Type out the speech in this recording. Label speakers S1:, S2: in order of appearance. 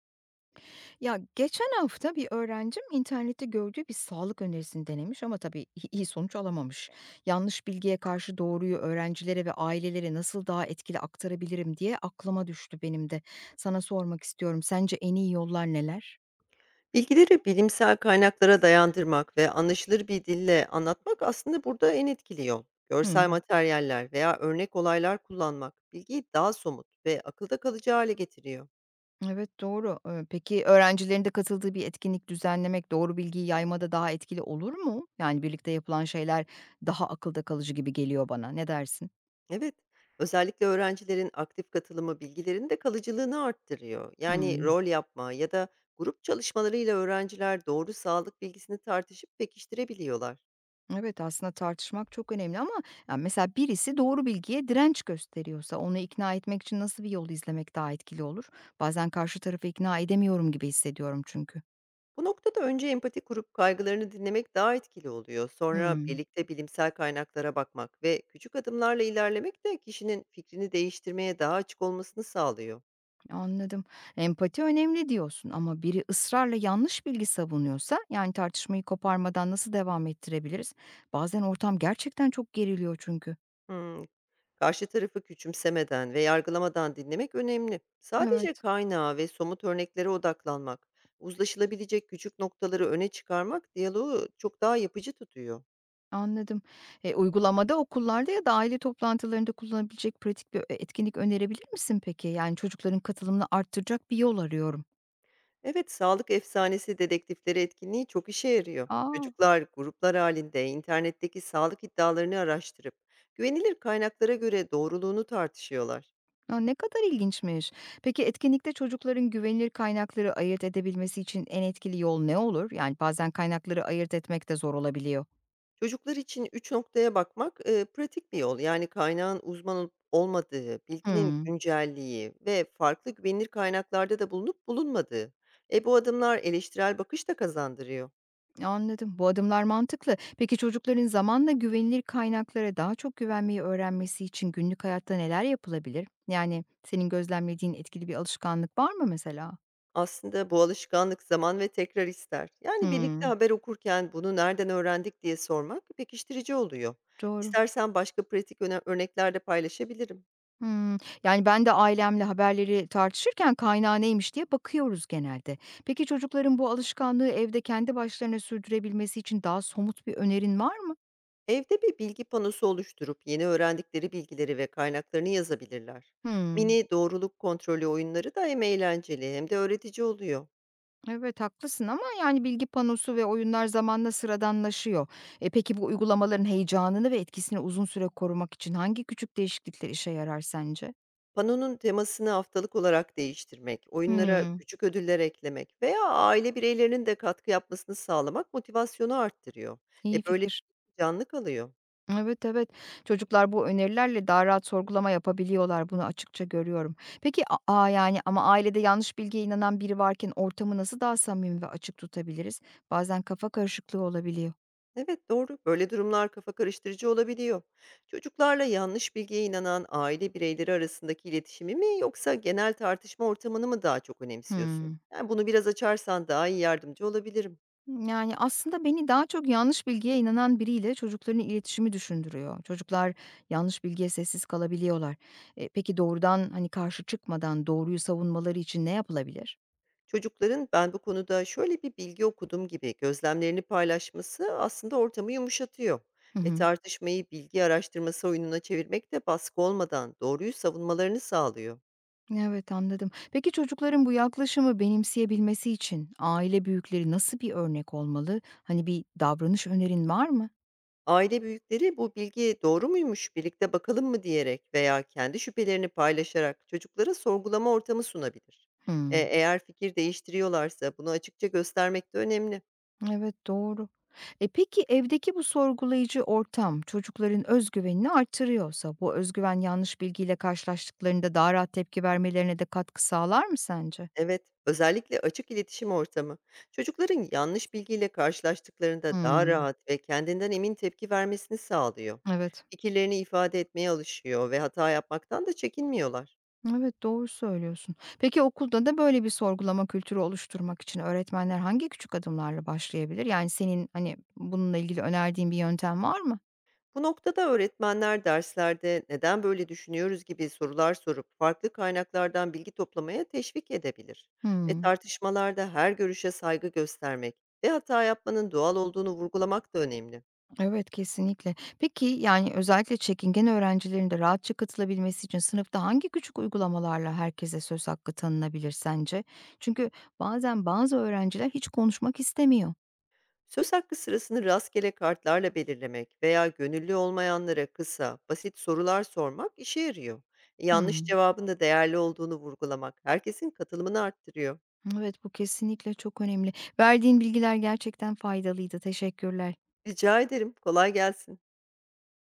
S1: Ya geçen hafta bir öğrencim internette gördüğü bir sağlık önerisini denemiş ama tabii iyi sonuç alamamış. Yanlış bilgiye karşı doğruyu öğrencilere ve ailelere nasıl daha etkili aktarabilirim diye aklıma düştü benim de. Sana sormak istiyorum. Sence en iyi yollar neler?
S2: Bilgileri bilimsel kaynaklara dayandırmak ve anlaşılır bir dille anlatmak aslında burada en etkili yol. Görsel
S1: Hmm,
S2: materyaller veya örnek olaylar kullanmak bilgiyi daha somut ve akılda kalıcı hale getiriyor.
S1: evet doğru. Peki öğrencilerin de katıldığı bir etkinlik düzenlemek doğru bilgiyi yaymada daha etkili olur mu? Yani birlikte yapılan şeyler daha akılda kalıcı gibi geliyor bana. Ne dersin?
S2: Evet, özellikle öğrencilerin aktif katılımı bilgilerin de kalıcılığını arttırıyor. Yani
S1: Hmm.
S2: rol yapma ya da grup çalışmalarıyla öğrenciler doğru sağlık bilgisini tartışıp pekiştirebiliyorlar.
S1: Evet, aslında tartışmak çok önemli ama ya mesela birisi doğru bilgiye direnç gösteriyorsa onu ikna etmek için nasıl bir yol izlemek daha etkili olur? Bazen karşı tarafı ikna edemiyorum gibi hissediyorum çünkü.
S2: Bu noktada önce empati kurup kaygılarını dinlemek daha etkili oluyor. Sonra
S1: Hmm,
S2: birlikte bilimsel kaynaklara bakmak ve küçük adımlarla ilerlemek de kişinin fikrini değiştirmeye daha açık olmasını sağlıyor.
S1: anladım. Empati önemli diyorsun ama biri ısrarla yanlış bilgi savunuyorsa yani tartışmayı koparmadan nasıl devam ettirebiliriz? Bazen ortam gerçekten çok geriliyor çünkü.
S2: Hmm, Karşı tarafı küçümsemeden ve yargılamadan dinlemek önemli. Sadece
S1: Evet.
S2: kaynağa ve somut örneklere odaklanmak, uzlaşılabilecek küçük noktaları öne çıkarmak diyaloğu çok daha yapıcı tutuyor.
S1: Anladım. Uygulamada, okullarda ya da aile toplantılarında kullanabilecek pratik bir, etkinlik önerebilir misin peki? Yani çocukların katılımını arttıracak bir yol arıyorum.
S2: Evet, sağlık efsanesi dedektifleri etkinliği çok işe yarıyor.
S1: A!
S2: Çocuklar gruplar halinde internetteki sağlık iddialarını araştırıp güvenilir kaynaklara göre doğruluğunu tartışıyorlar.
S1: A, ne kadar ilginçmiş. Peki etkinlikte çocukların güvenilir kaynakları ayırt edebilmesi için en etkili yol ne olur? Yani bazen kaynakları ayırt etmek de zor olabiliyor.
S2: Çocuklar için üç noktaya bakmak pratik bir yol. Yani kaynağın uzman olup olmadığı, bilginin
S1: Hıı.
S2: güncelliği ve farklı güvenilir kaynaklarda da bulunup bulunmadığı. Bu adımlar eleştirel bakış da kazandırıyor.
S1: Anladım. Bu adımlar mantıklı. Peki çocukların zamanla güvenilir kaynaklara daha çok güvenmeyi öğrenmesi için günlük hayatta neler yapılabilir? Yani senin gözlemlediğin etkili bir alışkanlık var mı mesela?
S2: Aslında bu alışkanlık zaman ve tekrar ister. Yani birlikte
S1: Hmm,
S2: haber okurken bunu nereden öğrendik diye sormak pekiştirici oluyor.
S1: doğru.
S2: İstersen başka pratik örnekler de paylaşabilirim.
S1: Hmm. Yani ben de ailemle haberleri tartışırken kaynağı neymiş diye bakıyoruz genelde. Peki çocukların bu alışkanlığı evde kendi başlarına sürdürebilmesi için daha somut bir önerin var mı?
S2: Evde bir bilgi panosu oluşturup yeni öğrendikleri bilgileri ve kaynaklarını yazabilirler.
S1: Hmm.
S2: Mini doğruluk kontrolü oyunları da hem eğlenceli hem de öğretici oluyor.
S1: Evet, haklısın ama yani bilgi panosu ve oyunlar zamanla sıradanlaşıyor. Peki bu uygulamaların heyecanını ve etkisini uzun süre korumak için hangi küçük değişiklikler işe yarar sence?
S2: Panonun temasını haftalık olarak değiştirmek, oyunlara
S1: Hımm,
S2: küçük ödüller eklemek veya aile bireylerinin de katkı yapmasını sağlamak motivasyonu arttırıyor.
S1: iyi
S2: Böyle
S1: fikir.
S2: canlı kalıyor.
S1: Evet, evet. Çocuklar bu önerilerle daha rahat sorgulama yapabiliyorlar. Bunu açıkça görüyorum. Peki a a yani ama ailede yanlış bilgiye inanan biri varken ortamı nasıl daha samimi ve açık tutabiliriz? Bazen kafa karışıklığı olabiliyor.
S2: Evet doğru. Böyle durumlar kafa karıştırıcı olabiliyor. Çocuklarla yanlış bilgiye inanan aile bireyleri arasındaki iletişimi mi yoksa genel tartışma ortamını mı daha çok önemsiyorsun?
S1: Hımm.
S2: Yani bunu biraz açarsan daha iyi yardımcı olabilirim.
S1: Yani, aslında beni daha çok yanlış bilgiye inanan biriyle çocukların iletişimi düşündürüyor. Çocuklar yanlış bilgiye sessiz kalabiliyorlar. Peki doğrudan, hani, karşı çıkmadan doğruyu savunmaları için ne yapılabilir?
S2: Çocukların ben bu konuda şöyle bir bilgi okudum gibi gözlemlerini paylaşması aslında ortamı yumuşatıyor.
S1: Hı hı.
S2: Tartışmayı bilgi araştırması oyununa çevirmek de baskı olmadan doğruyu savunmalarını sağlıyor.
S1: Evet, anladım. Peki çocukların bu yaklaşımı benimseyebilmesi için aile büyükleri nasıl bir örnek olmalı? Hani, bir davranış önerin var mı?
S2: Aile büyükleri bu bilgi doğru muymuş birlikte bakalım mı diyerek veya kendi şüphelerini paylaşarak çocuklara sorgulama ortamı sunabilir.
S1: Hıı.
S2: Eğer fikir değiştiriyorlarsa bunu açıkça göstermek de önemli.
S1: Evet, doğru. Peki evdeki bu sorgulayıcı ortam çocukların özgüvenini artırıyorsa, bu özgüven yanlış bilgiyle karşılaştıklarında daha rahat tepki vermelerine de katkı sağlar mı sence?
S2: Evet, özellikle açık iletişim ortamı. Çocukların yanlış bilgiyle karşılaştıklarında daha
S1: Hımm.
S2: rahat ve kendinden emin tepki vermesini sağlıyor.
S1: Evet.
S2: Fikirlerini ifade etmeye alışıyor ve hata yapmaktan da çekinmiyorlar.
S1: Evet, doğru söylüyorsun. Peki okulda da böyle bir sorgulama kültürü oluşturmak için öğretmenler hangi küçük adımlarla başlayabilir? Yani senin, hani, bununla ilgili önerdiğin bir yöntem var mı?
S2: Bu noktada öğretmenler derslerde neden böyle düşünüyoruz gibi sorular sorup farklı kaynaklardan bilgi toplamaya teşvik edebilir.
S1: Hımm.
S2: Tartışmalarda her görüşe saygı göstermek ve hata yapmanın doğal olduğunu vurgulamak da önemli.
S1: Evet, kesinlikle. Peki, yani, özellikle çekingen öğrencilerin de rahatça katılabilmesi için sınıfta hangi küçük uygulamalarla herkese söz hakkı tanınabilir sence? Çünkü bazen bazı öğrenciler hiç konuşmak istemiyor.
S2: Söz hakkı sırasını rastgele kartlarla belirlemek veya gönüllü olmayanlara kısa, basit sorular sormak işe yarıyor. Yanlış
S1: Hımm.
S2: cevabın da değerli olduğunu vurgulamak herkesin katılımını arttırıyor.
S1: Evet, bu kesinlikle çok önemli. Verdiğin bilgiler gerçekten faydalıydı. Teşekkürler.
S2: Rica ederim, kolay gelsin.